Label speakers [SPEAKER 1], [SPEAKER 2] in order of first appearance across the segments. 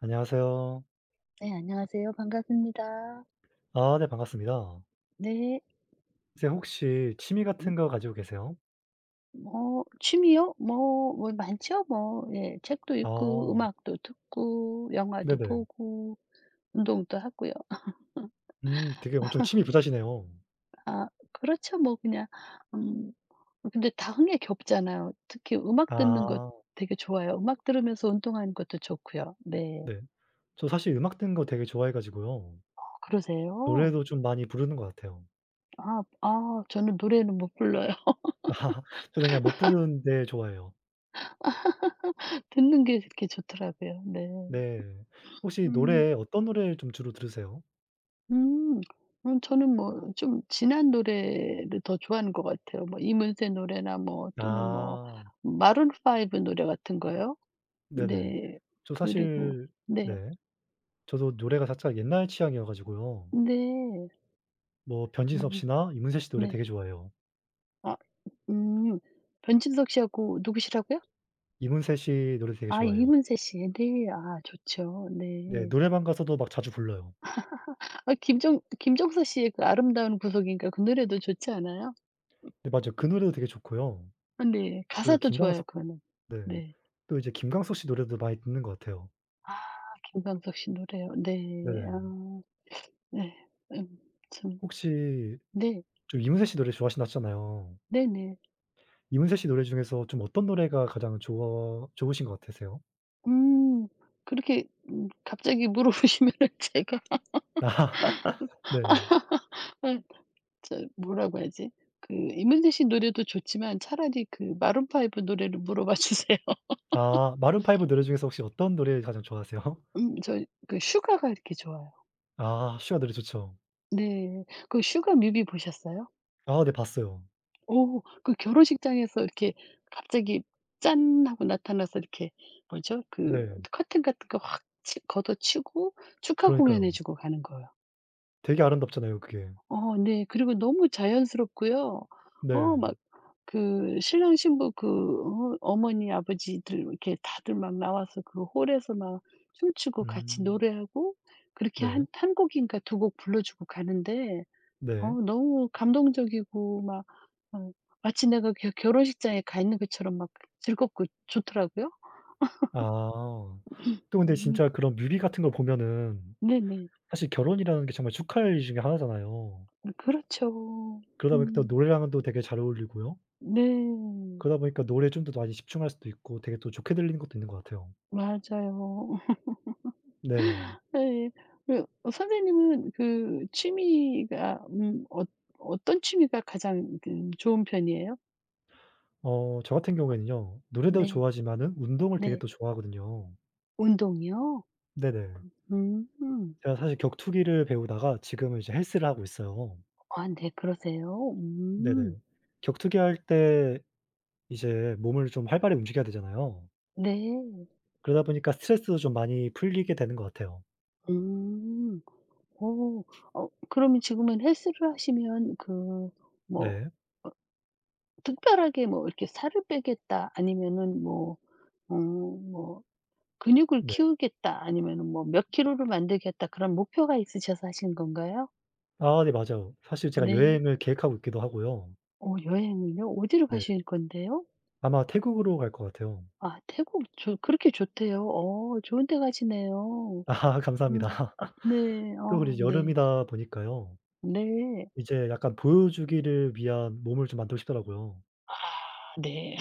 [SPEAKER 1] 안녕하세요.
[SPEAKER 2] 네, 안녕하세요. 반갑습니다.
[SPEAKER 1] 아 네 반갑습니다.
[SPEAKER 2] 네.
[SPEAKER 1] 이제 혹시 취미 같은 거
[SPEAKER 2] 음
[SPEAKER 1] 가지고 계세요?
[SPEAKER 2] 뭐 취미요? 뭐 많죠. 뭐 예. 책도 읽고
[SPEAKER 1] 아
[SPEAKER 2] 음악도 듣고 영화도
[SPEAKER 1] 네네.
[SPEAKER 2] 보고 운동도 하고요.
[SPEAKER 1] 되게 엄청 취미 부자시네요.
[SPEAKER 2] 아, 그렇죠. 뭐 그냥 음 근데 다 흥에 겹잖아요. 특히 음악 듣는 거
[SPEAKER 1] 아
[SPEAKER 2] 되게 좋아요. 음악 들으면서 운동하는 것도 좋고요. 네.
[SPEAKER 1] 네. 저 사실 음악 듣는 거 되게 좋아해 가지고요.
[SPEAKER 2] 아, 그러세요?
[SPEAKER 1] 노래도 좀 많이 부르는 것 같아요.
[SPEAKER 2] 아 저는 노래는 못 불러요.
[SPEAKER 1] 저는 그냥 못 부르는데 좋아해요.
[SPEAKER 2] 듣는 게 그렇게 좋더라고요. 네.
[SPEAKER 1] 네. 혹시
[SPEAKER 2] 음.
[SPEAKER 1] 노래 어떤 노래를 좀 주로 들으세요?
[SPEAKER 2] 음. 저는 뭐 좀 진한 노래를 더 좋아하는 것 같아요. 뭐 이문세 노래나 뭐 또는 뭐
[SPEAKER 1] 아
[SPEAKER 2] 마룬 브 노래 같은 거요.
[SPEAKER 1] 네네.
[SPEAKER 2] 네.
[SPEAKER 1] 저
[SPEAKER 2] 그리고
[SPEAKER 1] 사실
[SPEAKER 2] 네.
[SPEAKER 1] 네 저도 노래가 살짝 옛날 취향이어 가지고요.
[SPEAKER 2] 네.
[SPEAKER 1] 뭐 변진섭
[SPEAKER 2] 음
[SPEAKER 1] 씨나 이문세 씨 노래
[SPEAKER 2] 네.
[SPEAKER 1] 되게 좋아해요.
[SPEAKER 2] 아 음. 변진석 씨하고 누구시라고요?
[SPEAKER 1] 이문세 씨 노래 되게
[SPEAKER 2] 아,
[SPEAKER 1] 좋아해요.
[SPEAKER 2] 이문세 씨. 네. 아, 좋죠.
[SPEAKER 1] 네
[SPEAKER 2] 네.
[SPEAKER 1] 노래방 가서도 막 자주 불러요.
[SPEAKER 2] 아, 김정 김종서 씨의 그 아름다운 구속인가, 그 노래도 좋지 않아요?
[SPEAKER 1] 네 맞아요. 그 노래도 되게 좋고요.
[SPEAKER 2] 아 네.
[SPEAKER 1] 그
[SPEAKER 2] 가사도 좋아요
[SPEAKER 1] 김광석
[SPEAKER 2] 그거는.
[SPEAKER 1] 네.
[SPEAKER 2] 네.
[SPEAKER 1] 또 이제 김광석 씨 노래도 많이 듣는 것 같아요.
[SPEAKER 2] 아, 김광석 씨 노래요. 네.
[SPEAKER 1] 네네.
[SPEAKER 2] 아 네. 음 참
[SPEAKER 1] 혹시
[SPEAKER 2] 네.
[SPEAKER 1] 좀 이문세 씨 노래 좋아하신다 하셨잖아요.
[SPEAKER 2] 네네.
[SPEAKER 1] 이문세 씨 노래 중에서 좀 어떤 노래가 가장 좋아 좋으신 것 같으세요?
[SPEAKER 2] 음 그렇게 갑자기 물어보시면 제가
[SPEAKER 1] 네.
[SPEAKER 2] 저 뭐라고 하지? 그 이문세 씨 노래도 좋지만 차라리 그 마룬 파이브 노래를 물어봐 주세요.
[SPEAKER 1] 아 마룬브 노래 중에서 혹시 어떤 노래 가장 좋아하세요?
[SPEAKER 2] 저 그 슈가가 이렇게 좋아요.
[SPEAKER 1] 아 슈가 노래 좋죠.
[SPEAKER 2] 네. 그 슈가 뮤비 보셨어요?
[SPEAKER 1] 아 네 봤어요.
[SPEAKER 2] 오, 그 결혼식장에서 이렇게 갑자기 짠 하고 나타나서 이렇게 뭐죠? 그
[SPEAKER 1] 네.
[SPEAKER 2] 커튼 같은 거 확 걷어치고 축하
[SPEAKER 1] 그러니까요.
[SPEAKER 2] 공연해 주고 가는 거예요.
[SPEAKER 1] 되게 아름답잖아요 그게.
[SPEAKER 2] 어 네. 그리고 너무 자연스럽고요.
[SPEAKER 1] 네.
[SPEAKER 2] 어 막 그 신랑 신부, 그 어머니 아버지들 이렇게 다들 막 나와서 그 홀에서 막 춤추고 같이
[SPEAKER 1] 음.
[SPEAKER 2] 노래하고, 그렇게
[SPEAKER 1] 네.
[SPEAKER 2] 한 한 곡인가 두 곡 불러 주고 가는데, 어
[SPEAKER 1] 네.
[SPEAKER 2] 너무 감동적이고 막 어 마치 내가 겨 결혼식장에 가 있는 것처럼 막 즐겁고 좋더라고요.
[SPEAKER 1] 아. 또 근데
[SPEAKER 2] 음
[SPEAKER 1] 진짜 그런 뮤비 같은 거 보면은
[SPEAKER 2] 네네.
[SPEAKER 1] 사실 결혼이라는 게 정말 축하할 일 중에 하나잖아요.
[SPEAKER 2] 그렇죠.
[SPEAKER 1] 그러다 보니까 또
[SPEAKER 2] 음
[SPEAKER 1] 노래랑도 되게 잘 어울리고요.
[SPEAKER 2] 네.
[SPEAKER 1] 그러다 보니까 노래에 좀 더 많이 집중할 수도 있고 되게 또 좋게 들리는 것도 있는 것 같아요.
[SPEAKER 2] 맞아요.
[SPEAKER 1] 네.
[SPEAKER 2] 네. 그 선생님은 그 취미가 어 어떤 취미가 가장 그 좋은 편이에요?
[SPEAKER 1] 어 저 같은 경우에는요, 노래도
[SPEAKER 2] 네.
[SPEAKER 1] 좋아하지만은 운동을 되게
[SPEAKER 2] 네.
[SPEAKER 1] 또 좋아하거든요.
[SPEAKER 2] 운동이요?
[SPEAKER 1] 네네.
[SPEAKER 2] 음.
[SPEAKER 1] 제가 사실 격투기를 배우다가 지금은 이제 헬스를 하고 있어요.
[SPEAKER 2] 아 네, 그러세요? 음.
[SPEAKER 1] 네네. 격투기 할 때 이제 몸을 좀 활발히 움직여야 되잖아요.
[SPEAKER 2] 네.
[SPEAKER 1] 그러다 보니까 스트레스도 좀 많이 풀리게 되는 것 같아요.
[SPEAKER 2] 음. 오 어 그러면 지금은 헬스를 하시면 그 뭐
[SPEAKER 1] 네.
[SPEAKER 2] 특별하게 뭐 이렇게 '살을 빼겠다.' 아니면은 뭐 어 뭐 '근육을
[SPEAKER 1] 네.
[SPEAKER 2] 키우겠다.' 아니면은 뭐 '몇 킬로를 만들겠다.' 그런 목표가 있으셔서 하시는 건가요?
[SPEAKER 1] 아 네 맞아요. 사실 제가
[SPEAKER 2] 네.
[SPEAKER 1] 여행을 계획하고 있기도 하고요.
[SPEAKER 2] 어 여행을요? 어디로
[SPEAKER 1] 네.
[SPEAKER 2] 가실 건데요?
[SPEAKER 1] 아마 태국으로 갈 것 같아요.
[SPEAKER 2] 아 태국 좋 그렇게 좋대요. 어 좋은 데 가시네요.
[SPEAKER 1] 아
[SPEAKER 2] 음.
[SPEAKER 1] 감사합니다.
[SPEAKER 2] 네.
[SPEAKER 1] 또
[SPEAKER 2] 어
[SPEAKER 1] 그리고
[SPEAKER 2] 네.
[SPEAKER 1] 여름이다 보니까요,
[SPEAKER 2] 네.
[SPEAKER 1] 이제 약간 보여주기를 위한 몸을 좀 만들고 싶더라고요.
[SPEAKER 2] 아 네.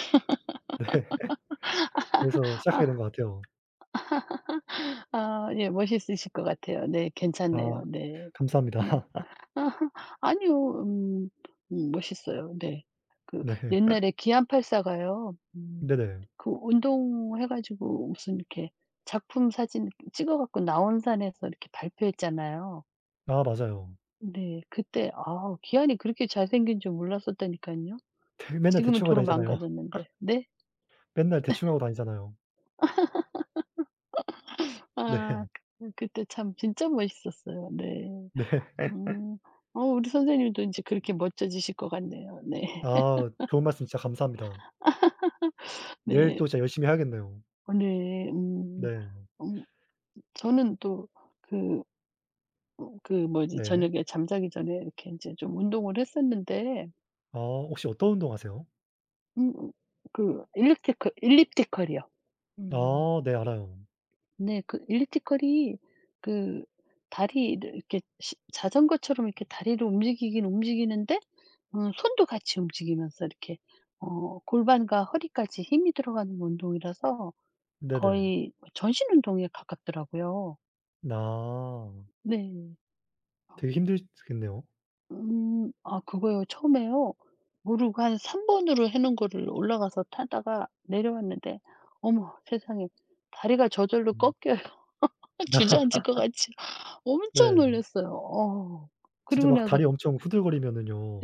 [SPEAKER 1] 그래서 시작하게 된 것 같아요.
[SPEAKER 2] 아 예. 멋있으실 것 같아요. 네.
[SPEAKER 1] 아
[SPEAKER 2] 괜찮네요. 네.
[SPEAKER 1] 감사합니다.
[SPEAKER 2] 음. 아 아니요. 멋있어요. 네. 그
[SPEAKER 1] 네.
[SPEAKER 2] 옛날에 기안84 가요
[SPEAKER 1] 네네.
[SPEAKER 2] 그 운동해 가지고 무슨 이렇게 작품 사진 찍어 갖고 나온산에서 이렇게 발표했잖아요.
[SPEAKER 1] 아 맞아요.
[SPEAKER 2] 네. 그때 아 기안이 그렇게 잘생긴 줄 몰랐었다니까요.
[SPEAKER 1] 대 맨날
[SPEAKER 2] 지금은
[SPEAKER 1] 대충 하고
[SPEAKER 2] 도로
[SPEAKER 1] 다니잖아요.
[SPEAKER 2] 망가졌는데. 네.
[SPEAKER 1] 맨날 대충 하고 다니잖아요. 네.
[SPEAKER 2] 아 그 그때 참 진짜 멋있었어요. 네.
[SPEAKER 1] 네.
[SPEAKER 2] 음. 어 우리 선생님도 이제 그렇게 멋져지실 것 같네요. 네.
[SPEAKER 1] 아 좋은 말씀 진짜 감사합니다. 내일
[SPEAKER 2] 네.
[SPEAKER 1] 또 진짜 열심히 해야겠네요.
[SPEAKER 2] 오늘
[SPEAKER 1] 네.
[SPEAKER 2] 음 저는 또 그 어 그 뭐지,
[SPEAKER 1] 네.
[SPEAKER 2] 저녁에 잠자기 전에 이렇게 이제 좀 운동을 했었는데
[SPEAKER 1] 아 혹시 어떤 운동하세요?
[SPEAKER 2] 음 음, 그 일리티컬이요 음.
[SPEAKER 1] 아 네 알아요.
[SPEAKER 2] 네. 그 일리티컬이 그 다리를 이렇게 시 자전거처럼 이렇게 다리를 움직이긴 움직이는데 손도 같이 움직이면서 이렇게 어 골반과 허리까지 힘이 들어가는 운동이라서
[SPEAKER 1] 네네.
[SPEAKER 2] 거의 전신 운동에 가깝더라고요.
[SPEAKER 1] 아
[SPEAKER 2] 네.
[SPEAKER 1] 되게 힘드시겠네요.
[SPEAKER 2] 음 아 그거요. 처음에요. 무릎 한 삼 번으로 해 놓은 거를 올라가서 타다가 내려왔는데 어머 세상에 다리가 저절로
[SPEAKER 1] 음.
[SPEAKER 2] 꺾여요. 주저앉을 것 같이 엄청
[SPEAKER 1] 네.
[SPEAKER 2] 놀랐어요. 어. 그리
[SPEAKER 1] 진짜
[SPEAKER 2] 고
[SPEAKER 1] 막
[SPEAKER 2] 나서
[SPEAKER 1] 다리 엄청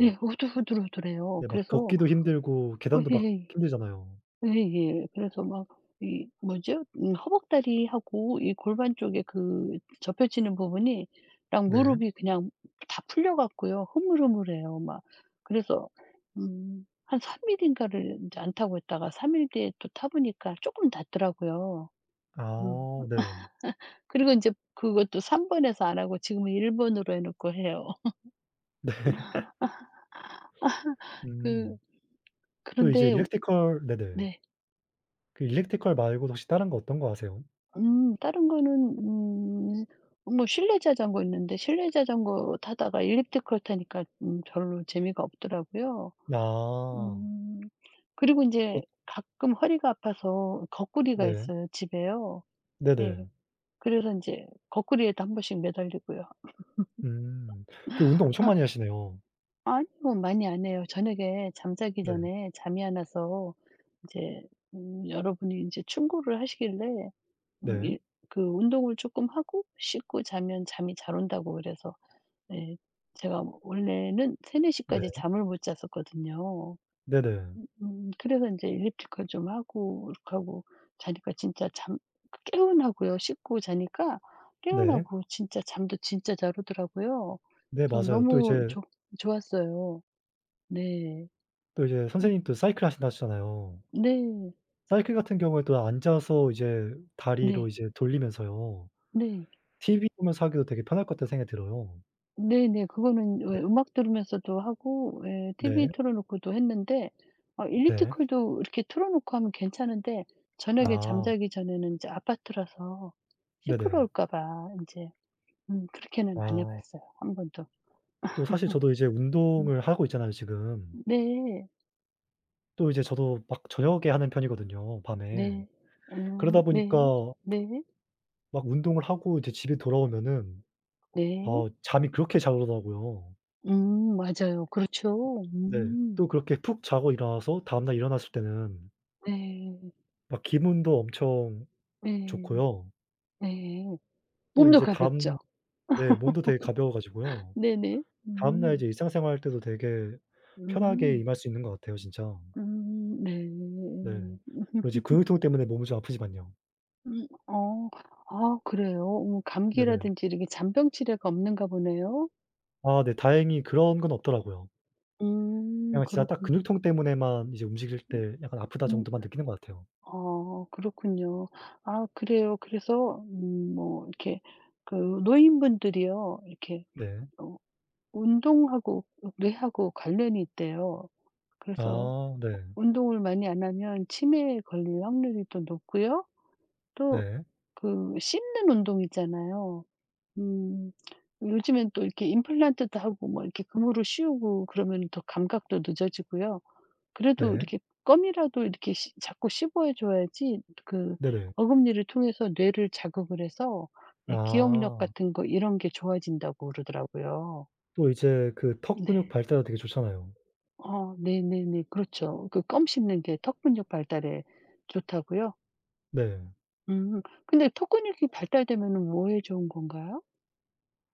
[SPEAKER 2] 예 후들후들후들해요.
[SPEAKER 1] 네 막
[SPEAKER 2] 그래서
[SPEAKER 1] 걷기도 힘들고
[SPEAKER 2] 어
[SPEAKER 1] 계단도
[SPEAKER 2] 예
[SPEAKER 1] 막
[SPEAKER 2] 예,
[SPEAKER 1] 힘들잖아요.
[SPEAKER 2] 예. 예예. 그래서 막 이 뭐죠? 허벅다리하고 이 골반 쪽에 그 접혀지는 부분이 랑
[SPEAKER 1] 네.
[SPEAKER 2] 무릎이 그냥 다 풀려 갖고요. 흐물흐물해요 막. 그래서 한 3 일인가를 인제 안 타고 있다가 3일 뒤에 또 타 보니까 쪼끔 낫더라고요. 음.
[SPEAKER 1] 아 네.
[SPEAKER 2] 그리고 인제 그것도 3 번에서 안 하고 지금은 1 번으로 해 놓고 해요.
[SPEAKER 1] 네.
[SPEAKER 2] 그
[SPEAKER 1] 음. 또 이제
[SPEAKER 2] 그런데
[SPEAKER 1] 일렉트컬 네네.
[SPEAKER 2] 네.
[SPEAKER 1] 그 일렉트컬 말고도 혹시 다른 거 어떤 거 아세요?
[SPEAKER 2] 다른 거는 음 뭐 실내 자전거 있는데 실내 자전거 타다가 일리프티컬 타니까 별로 재미가 없더라고요.
[SPEAKER 1] 아. 어
[SPEAKER 2] 음 그리고 이제 가끔 허리가 아파서 거꾸리가
[SPEAKER 1] 네.
[SPEAKER 2] 있어요, 집에요. 예.
[SPEAKER 1] 네네.
[SPEAKER 2] 그래서 이제 거꾸리에도 한 번씩 매달리고요.
[SPEAKER 1] 음. 되게 운동 엄청
[SPEAKER 2] 아
[SPEAKER 1] 많이 하시네요.
[SPEAKER 2] 아니요. 많이 안 해요. 저녁에 잠자기
[SPEAKER 1] 네.
[SPEAKER 2] 전에 잠이 안 와서 이제 여러분이 이제 충고를 하시길래
[SPEAKER 1] 네.
[SPEAKER 2] 일 그 운동을 조금 하고 씻고 자면 잠이 잘 온다고 그래서 예 제가 원래는 3-4
[SPEAKER 1] 네.
[SPEAKER 2] 시까지 잠을 못 잤었거든요.
[SPEAKER 1] 네네.
[SPEAKER 2] 그래서 이제 엘리프티컬 좀 하고 이렇게 하고 자니까 진짜 잠 그 개운하고요. 씻고 자니까
[SPEAKER 1] 네.
[SPEAKER 2] 개운하고 진짜 잠도 진짜 잘 오더라고요.
[SPEAKER 1] 네
[SPEAKER 2] 그래서
[SPEAKER 1] 맞아요. 또
[SPEAKER 2] 너무
[SPEAKER 1] 이제
[SPEAKER 2] 좋 좋았어요. 네.
[SPEAKER 1] 또 이제
[SPEAKER 2] 음
[SPEAKER 1] 선생님 도 사이클 하신다 하셨잖아요.
[SPEAKER 2] 네.
[SPEAKER 1] 사이클 같은 경우에 도 앉아서 이제 다리로
[SPEAKER 2] 네.
[SPEAKER 1] 이제 돌리면서요.
[SPEAKER 2] 네.
[SPEAKER 1] TV 보면서 하기도 되게 편할 것 같다는 생각이 들어요.
[SPEAKER 2] 네네. 그거는
[SPEAKER 1] 네.
[SPEAKER 2] 왜 음악 들으면서도 하고 예
[SPEAKER 1] 네.
[SPEAKER 2] TV 틀어 놓고도 했는데 아
[SPEAKER 1] 네.
[SPEAKER 2] 일리티컬도 이렇게 틀어 놓고 하면 괜찮은데, 저녁에
[SPEAKER 1] 아.
[SPEAKER 2] 잠자기 전에는 인제 아파트라서
[SPEAKER 1] 네네.
[SPEAKER 2] 시끄러울까 봐 인제 그렇게는 안 해
[SPEAKER 1] 아.
[SPEAKER 2] 봤어요 한 번도.
[SPEAKER 1] 또 사실 저도 이제
[SPEAKER 2] 음
[SPEAKER 1] 운동을 하고 있잖아요 지금.
[SPEAKER 2] 네.
[SPEAKER 1] 또 이제 저도 막 저녁에 하는 편이거든요 밤에.
[SPEAKER 2] 네.
[SPEAKER 1] 그러다 보니까
[SPEAKER 2] 네. 네.
[SPEAKER 1] 막 운동을 하고 이제 집에 돌아오면은
[SPEAKER 2] 네.
[SPEAKER 1] 어 잠이 그렇게 잘 오더라고요.
[SPEAKER 2] 맞아요. 그렇죠.
[SPEAKER 1] 네.
[SPEAKER 2] 음.
[SPEAKER 1] 또 그렇게 푹 자고 일어나서 다음날 일어났을 때는
[SPEAKER 2] 네.
[SPEAKER 1] 막 기분도 엄청
[SPEAKER 2] 네.
[SPEAKER 1] 좋고요.
[SPEAKER 2] 네.
[SPEAKER 1] 또
[SPEAKER 2] 몸도
[SPEAKER 1] 이제 다
[SPEAKER 2] 가볍죠.
[SPEAKER 1] 네 몸도 되게 가벼워 가지고요.
[SPEAKER 2] 네네.
[SPEAKER 1] 다음날
[SPEAKER 2] 음.
[SPEAKER 1] 이제 일상생활 할 때도 되게 편하게
[SPEAKER 2] 음.
[SPEAKER 1] 임할 수 있는 것 같아요 진짜.
[SPEAKER 2] 네.
[SPEAKER 1] 네. 그리고 이제 근육통 때문에 몸이 좀 아프지만요.
[SPEAKER 2] 어. 아 그래요?
[SPEAKER 1] 네네.
[SPEAKER 2] 감기라든지 이렇게 잔병 치레가 없는가 보네요.
[SPEAKER 1] 아 네 다행히 그런 건 없더라고요. 그냥 진짜 딱
[SPEAKER 2] 그렇군
[SPEAKER 1] 근육통 때문에만 이제 움직일 때 약간 아프다 정도만
[SPEAKER 2] 음
[SPEAKER 1] 느끼는 것 같아요.
[SPEAKER 2] 아 그렇군요. 아 그래요. 그래서 뭐 이렇게 그 노인분들이요. 이렇게
[SPEAKER 1] 네.
[SPEAKER 2] 어 운동하고 어 뇌하고 관련이 있대요. 그래서
[SPEAKER 1] 아 네.
[SPEAKER 2] 운동을 많이 안 하면 치매에 걸릴 확률이 또 높고요. 또
[SPEAKER 1] 네.
[SPEAKER 2] 그 씹는 운동 있잖아요. 음. 요즘엔 또 이렇게 임플란트도 하고 뭐 이렇게 금으로 씌우고 그러면 더 감각도 늦어지고요. 그래도
[SPEAKER 1] 네.
[SPEAKER 2] 이렇게 껌이라도 이렇게 씹 자꾸 씹어해 줘야지 그
[SPEAKER 1] 네네.
[SPEAKER 2] 어금니를 통해서 뇌를 자극을 해서 예 기억력
[SPEAKER 1] 아.
[SPEAKER 2] 같은 거 이런 게 좋아진다고 그러더라고요.
[SPEAKER 1] 또 이제 그 턱 근육
[SPEAKER 2] 네.
[SPEAKER 1] 발달도 되게 좋잖아요.
[SPEAKER 2] 어 네네네. 그렇죠. 그 껌 씹는 게 턱 근육 발달에 좋다고요?
[SPEAKER 1] 네.
[SPEAKER 2] 음. 근데 턱 근육이 발달되면은 뭐에 좋은 건가요?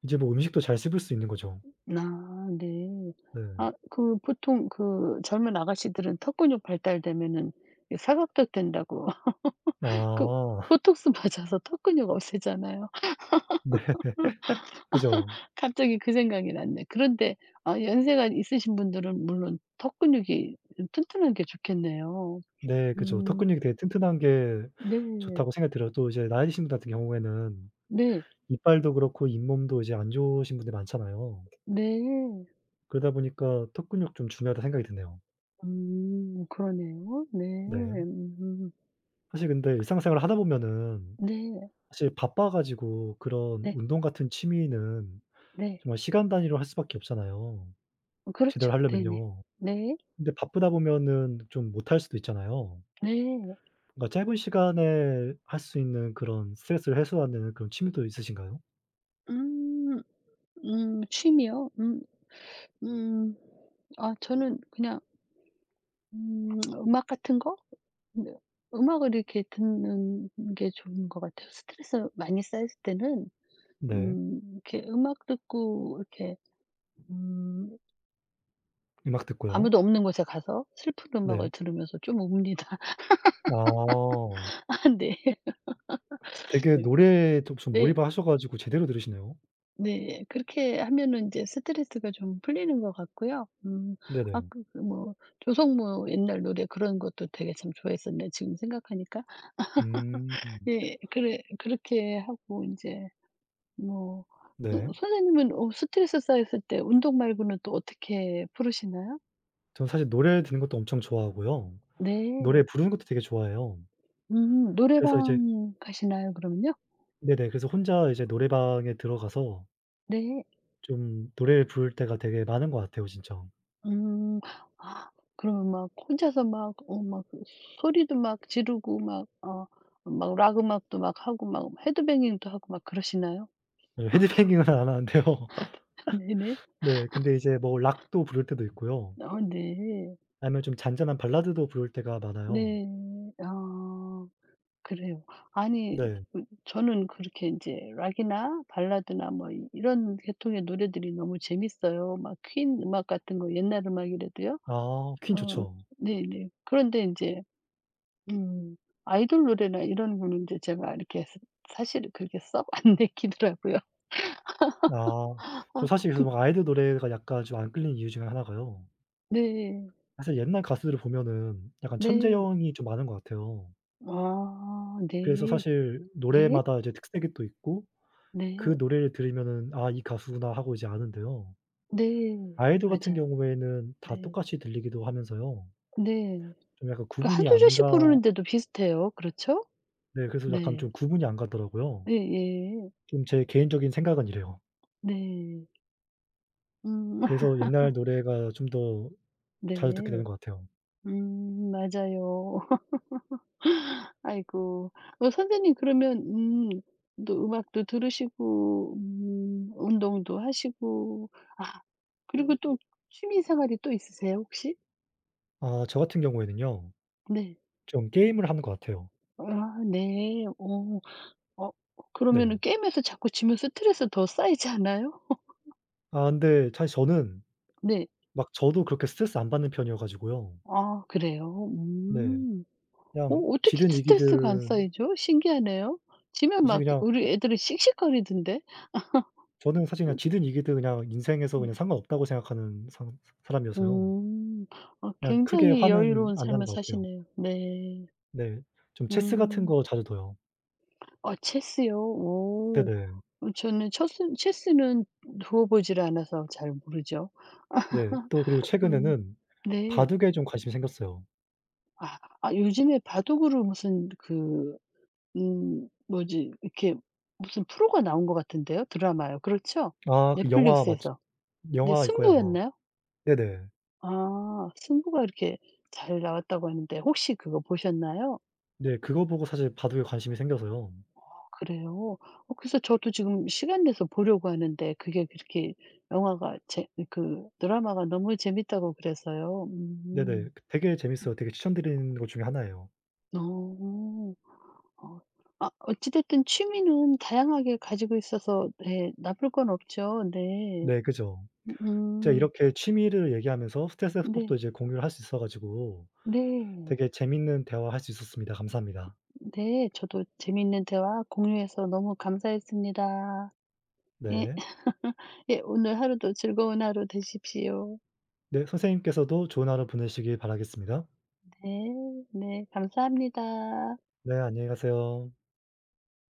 [SPEAKER 1] 이제 뭐 음식도 잘 씹을 수 있는 거죠.
[SPEAKER 2] 아 네.
[SPEAKER 1] 네.
[SPEAKER 2] 아 그 보통 그 젊은 아가씨들은 턱 근육 발달되면은 이 사각턱 된다고 그
[SPEAKER 1] 아.
[SPEAKER 2] 보톡스 맞아서 턱 근육 없애잖아요.
[SPEAKER 1] 네. 그죠.
[SPEAKER 2] 갑자기 그 생각이 났네. 그런데 아 연세가 있으신 분들은 물론 턱 근육이 좀 튼튼한 게 좋겠네요.
[SPEAKER 1] 네 그죠. 턱 근육이
[SPEAKER 2] 음.
[SPEAKER 1] 되게 튼튼한 게
[SPEAKER 2] 네.
[SPEAKER 1] 좋다고 생각이 들어요. 또 이제 나이 드신 분 같은 경우에는
[SPEAKER 2] 네.
[SPEAKER 1] 이빨도 그렇고 잇몸도 이제 안 좋으신 분들이 많잖아요.
[SPEAKER 2] 네.
[SPEAKER 1] 그러다 보니까 턱 근육 좀 중요하다 생각이 드네요.
[SPEAKER 2] 그러네요. 네.
[SPEAKER 1] 네.
[SPEAKER 2] 음.
[SPEAKER 1] 사실 근데 일상생활을 하다 보면은
[SPEAKER 2] 네.
[SPEAKER 1] 사실 바빠 가지고 그런
[SPEAKER 2] 네.
[SPEAKER 1] 운동 같은 취미는
[SPEAKER 2] 네.
[SPEAKER 1] 정말 시간 단위로 할 수밖에 없잖아요,
[SPEAKER 2] 어
[SPEAKER 1] 제대로
[SPEAKER 2] 그렇죠. 네네.
[SPEAKER 1] 하려면요.
[SPEAKER 2] 네.
[SPEAKER 1] 근데 바쁘다 보면은 좀 못할 수도 있잖아요.
[SPEAKER 2] 네.
[SPEAKER 1] 그러니까 짧은 시간에 할 수 있는 그런 스트레스를 해소하는 그런 취미도 있으신가요?
[SPEAKER 2] 음. 취미요? 음. 아 저는 그냥 음 음악 같은 거? 네. 음악을 이렇게 듣는 게 좋은 것 같아요. 스트레스 많이 쌓였을 때는
[SPEAKER 1] 네.
[SPEAKER 2] 이렇게 음악 듣고 이렇게 음
[SPEAKER 1] 음악 듣고요.
[SPEAKER 2] 아무도 없는 곳에 가서 슬픈
[SPEAKER 1] 네.
[SPEAKER 2] 음악을 들으면서 좀 웁니다.
[SPEAKER 1] 아.
[SPEAKER 2] 네.
[SPEAKER 1] 되게
[SPEAKER 2] 음
[SPEAKER 1] 노래에 좀 좀
[SPEAKER 2] 네.
[SPEAKER 1] 몰입을 하셔 가지고 제대로 들으시네요.
[SPEAKER 2] 네. 그렇게 하면은 이제 스트레스가 좀 풀리는 것 같고요. 아까
[SPEAKER 1] 네네.
[SPEAKER 2] 그 뭐 조성모 옛날 노래, 그런 것도 되게 참 좋아했었는데 지금 생각하니까
[SPEAKER 1] 음.
[SPEAKER 2] 예. 그래 그렇게 하고 이제 뭐
[SPEAKER 1] 네.
[SPEAKER 2] 어 선생님은 어 스트레스 쌓였을 때 운동 말고는 또 어떻게 푸르시나요?
[SPEAKER 1] 저는 사실 노래 듣는 것도 엄청 좋아하고요. 노래
[SPEAKER 2] 네.
[SPEAKER 1] 부르는 것도 되게 좋아해요. 그래서 이제
[SPEAKER 2] 노래방 가시나요 그러면요?
[SPEAKER 1] 네네. 그래서 혼자 이제 노래방에 들어가서
[SPEAKER 2] 네.
[SPEAKER 1] 좀 노래를 부를 때가 되게 많은 것 같아요 진짜.
[SPEAKER 2] 음. 아 그러면 막 혼자서 막 어 막 그 소리도 막 지르고 막 어 막 락 음악도 막 하고 막 헤드뱅잉도 하고 막 그러시나요?
[SPEAKER 1] 예 헤드뱅잉은 안 하는데요.
[SPEAKER 2] 네네.
[SPEAKER 1] 네. 근데 이제 뭐 락도 부를 때도 있고요.
[SPEAKER 2] 어 네.
[SPEAKER 1] 아니면 좀 잔잔한 발라드도 부를 때가 많아요.
[SPEAKER 2] 네. 아. 그래요. 아니
[SPEAKER 1] 네.
[SPEAKER 2] 그 저는 그렇게 인제 락이나 발라드나 뭐 이 이런 계통의 노래들이 너무 재밌어요. 막 퀸 음악 같은 거 옛날 음악이라도요.
[SPEAKER 1] 아 퀸
[SPEAKER 2] 어
[SPEAKER 1] 좋죠.
[SPEAKER 2] 네네. 그런데 인제 음 아이돌 노래나 이런 거는 인제 제가 이렇게 스 사실 그렇게 썩 안 내키더라고요.
[SPEAKER 1] 아.
[SPEAKER 2] 아
[SPEAKER 1] 저 사실 그래서
[SPEAKER 2] 그
[SPEAKER 1] 막 아이들 노래가 약간 좀 안 끌리는 이유 중에 하나가요,
[SPEAKER 2] 네.
[SPEAKER 1] 사실 옛날 가수들을 보면은 약간
[SPEAKER 2] 네.
[SPEAKER 1] 천재형이 좀 많은 것 같아요.
[SPEAKER 2] 아
[SPEAKER 1] 그래서
[SPEAKER 2] 네.
[SPEAKER 1] 사실
[SPEAKER 2] 네.
[SPEAKER 1] 노래마다 이제 특색이 또 있고 그
[SPEAKER 2] 네.
[SPEAKER 1] 노래를 들으면은 '아 이 가수구나.' 하고 이제 아는데요.
[SPEAKER 2] 네.
[SPEAKER 1] 아이돌 같은
[SPEAKER 2] 맞아요.
[SPEAKER 1] 경우에는 다
[SPEAKER 2] 네.
[SPEAKER 1] 똑같이 들리기도 하면서요.
[SPEAKER 2] 네.
[SPEAKER 1] 좀 약간
[SPEAKER 2] 그
[SPEAKER 1] 구분이
[SPEAKER 2] 1-2
[SPEAKER 1] 안
[SPEAKER 2] 절씩
[SPEAKER 1] 가
[SPEAKER 2] 부르는데도 비슷해요. 그렇죠?
[SPEAKER 1] 네 그래서 약간
[SPEAKER 2] 네.
[SPEAKER 1] 좀 구분이 안 가더라고요.
[SPEAKER 2] 예예.
[SPEAKER 1] 좀 제 개인적인 생각은 이래요.
[SPEAKER 2] 네. 음.
[SPEAKER 1] 그래서 옛날 노래가 좀 더 자주 듣게 되는
[SPEAKER 2] 네.
[SPEAKER 1] 것 같아요.
[SPEAKER 2] 맞아요. 아이고. 어 선생님 그러면 또 음악도 들으시고 운동도 하시고 그리고 또 취미 생활이 또 있으세요 혹시?
[SPEAKER 1] 아 저 같은 경우에는요,
[SPEAKER 2] 네.
[SPEAKER 1] 좀 게임을 하는 것 같아요.
[SPEAKER 2] 아 네. 어. 어
[SPEAKER 1] 네.
[SPEAKER 2] 그러면은 게임에서 자꾸 지면 스트레스 더 쌓이지 않아요?
[SPEAKER 1] 아 근데 사실 저는
[SPEAKER 2] 네.
[SPEAKER 1] 막 저도 그렇게 스트레스 안 받는 편이어 가지고요.
[SPEAKER 2] 아 그래요?
[SPEAKER 1] 네.
[SPEAKER 2] 음. 어
[SPEAKER 1] 그냥
[SPEAKER 2] 어떻게
[SPEAKER 1] 지든
[SPEAKER 2] 스트레스가 안
[SPEAKER 1] 이기든
[SPEAKER 2] 쌓이죠? 신기하네요. 지면
[SPEAKER 1] 사실
[SPEAKER 2] 막
[SPEAKER 1] 그냥
[SPEAKER 2] 우리 애들은 씩씩거리던데.
[SPEAKER 1] 저는 사실 그냥 지든 이기든 그냥 인생에서
[SPEAKER 2] 음
[SPEAKER 1] 그냥 상관없다고 생각하는 상 사람이어서요.
[SPEAKER 2] 음. 아
[SPEAKER 1] 그냥 크게
[SPEAKER 2] 굉장히
[SPEAKER 1] 화는
[SPEAKER 2] 여유로운
[SPEAKER 1] 안 나는
[SPEAKER 2] 삶을
[SPEAKER 1] 것 같아요.
[SPEAKER 2] 사시네요. 네.
[SPEAKER 1] 네. 좀 체스 같은
[SPEAKER 2] 음.
[SPEAKER 1] 거 자주 둬요.
[SPEAKER 2] 아 체스요? 오.
[SPEAKER 1] 네네.
[SPEAKER 2] 어 저는 체스는 두어 보질 않아서 잘 모르죠.
[SPEAKER 1] 네. 또 그리고
[SPEAKER 2] 음
[SPEAKER 1] 최근에는
[SPEAKER 2] 네.
[SPEAKER 1] 바둑에 좀 관심이 생겼어요.
[SPEAKER 2] 아 아 요즘에 바둑으로 무슨 그 뭐지 이렇게 무슨 프로가 나온 것 같은데요? 드라마요. 그렇죠?
[SPEAKER 1] 아 그 영화 맞
[SPEAKER 2] 넷플릭스에서. 네
[SPEAKER 1] 영화일 거예요 아마.
[SPEAKER 2] 승부였나요?
[SPEAKER 1] 네네.
[SPEAKER 2] 아 승부가 이렇게 잘 나왔다고 하는데 혹시 그거 보셨나요?
[SPEAKER 1] 네. 그거 보고 사실 바둑에 관심이 생겨서요.
[SPEAKER 2] 그래요? 어 그래서 저도 지금 시간 내서 보려고 하는데 그게 그렇게 영화가 재 그 드라마가 너무 재밌다고 그래서요.
[SPEAKER 1] 네네.
[SPEAKER 2] 음.
[SPEAKER 1] 그 되게 재밌어요. 되게 추천드리는 것 중에 하나예요.
[SPEAKER 2] 어. 어. 아 어찌 됐든 취미는 다양하게 가지고 있어서 네 나쁠 건 없죠. 네.
[SPEAKER 1] 네 그죠. 진짜
[SPEAKER 2] 음음.
[SPEAKER 1] 이렇게 취미를 얘기하면서 스트레스 해소법도
[SPEAKER 2] 네.
[SPEAKER 1] 이제 공유를 할 수 있어 가지고
[SPEAKER 2] 네.
[SPEAKER 1] 되게 재밌는 대화할 수 있었습니다. 감사합니다.
[SPEAKER 2] 네. 저도 재미있는 대화 공유해서 너무 감사했습니다. 예.
[SPEAKER 1] 네.
[SPEAKER 2] 예. 오늘 하루도 즐거운 하루 되십시오.
[SPEAKER 1] 네 선생님께서도 좋은 하루 보내시길 바라겠습니다.
[SPEAKER 2] 네. 네. 감사합니다.
[SPEAKER 1] 네 안녕히 가세요.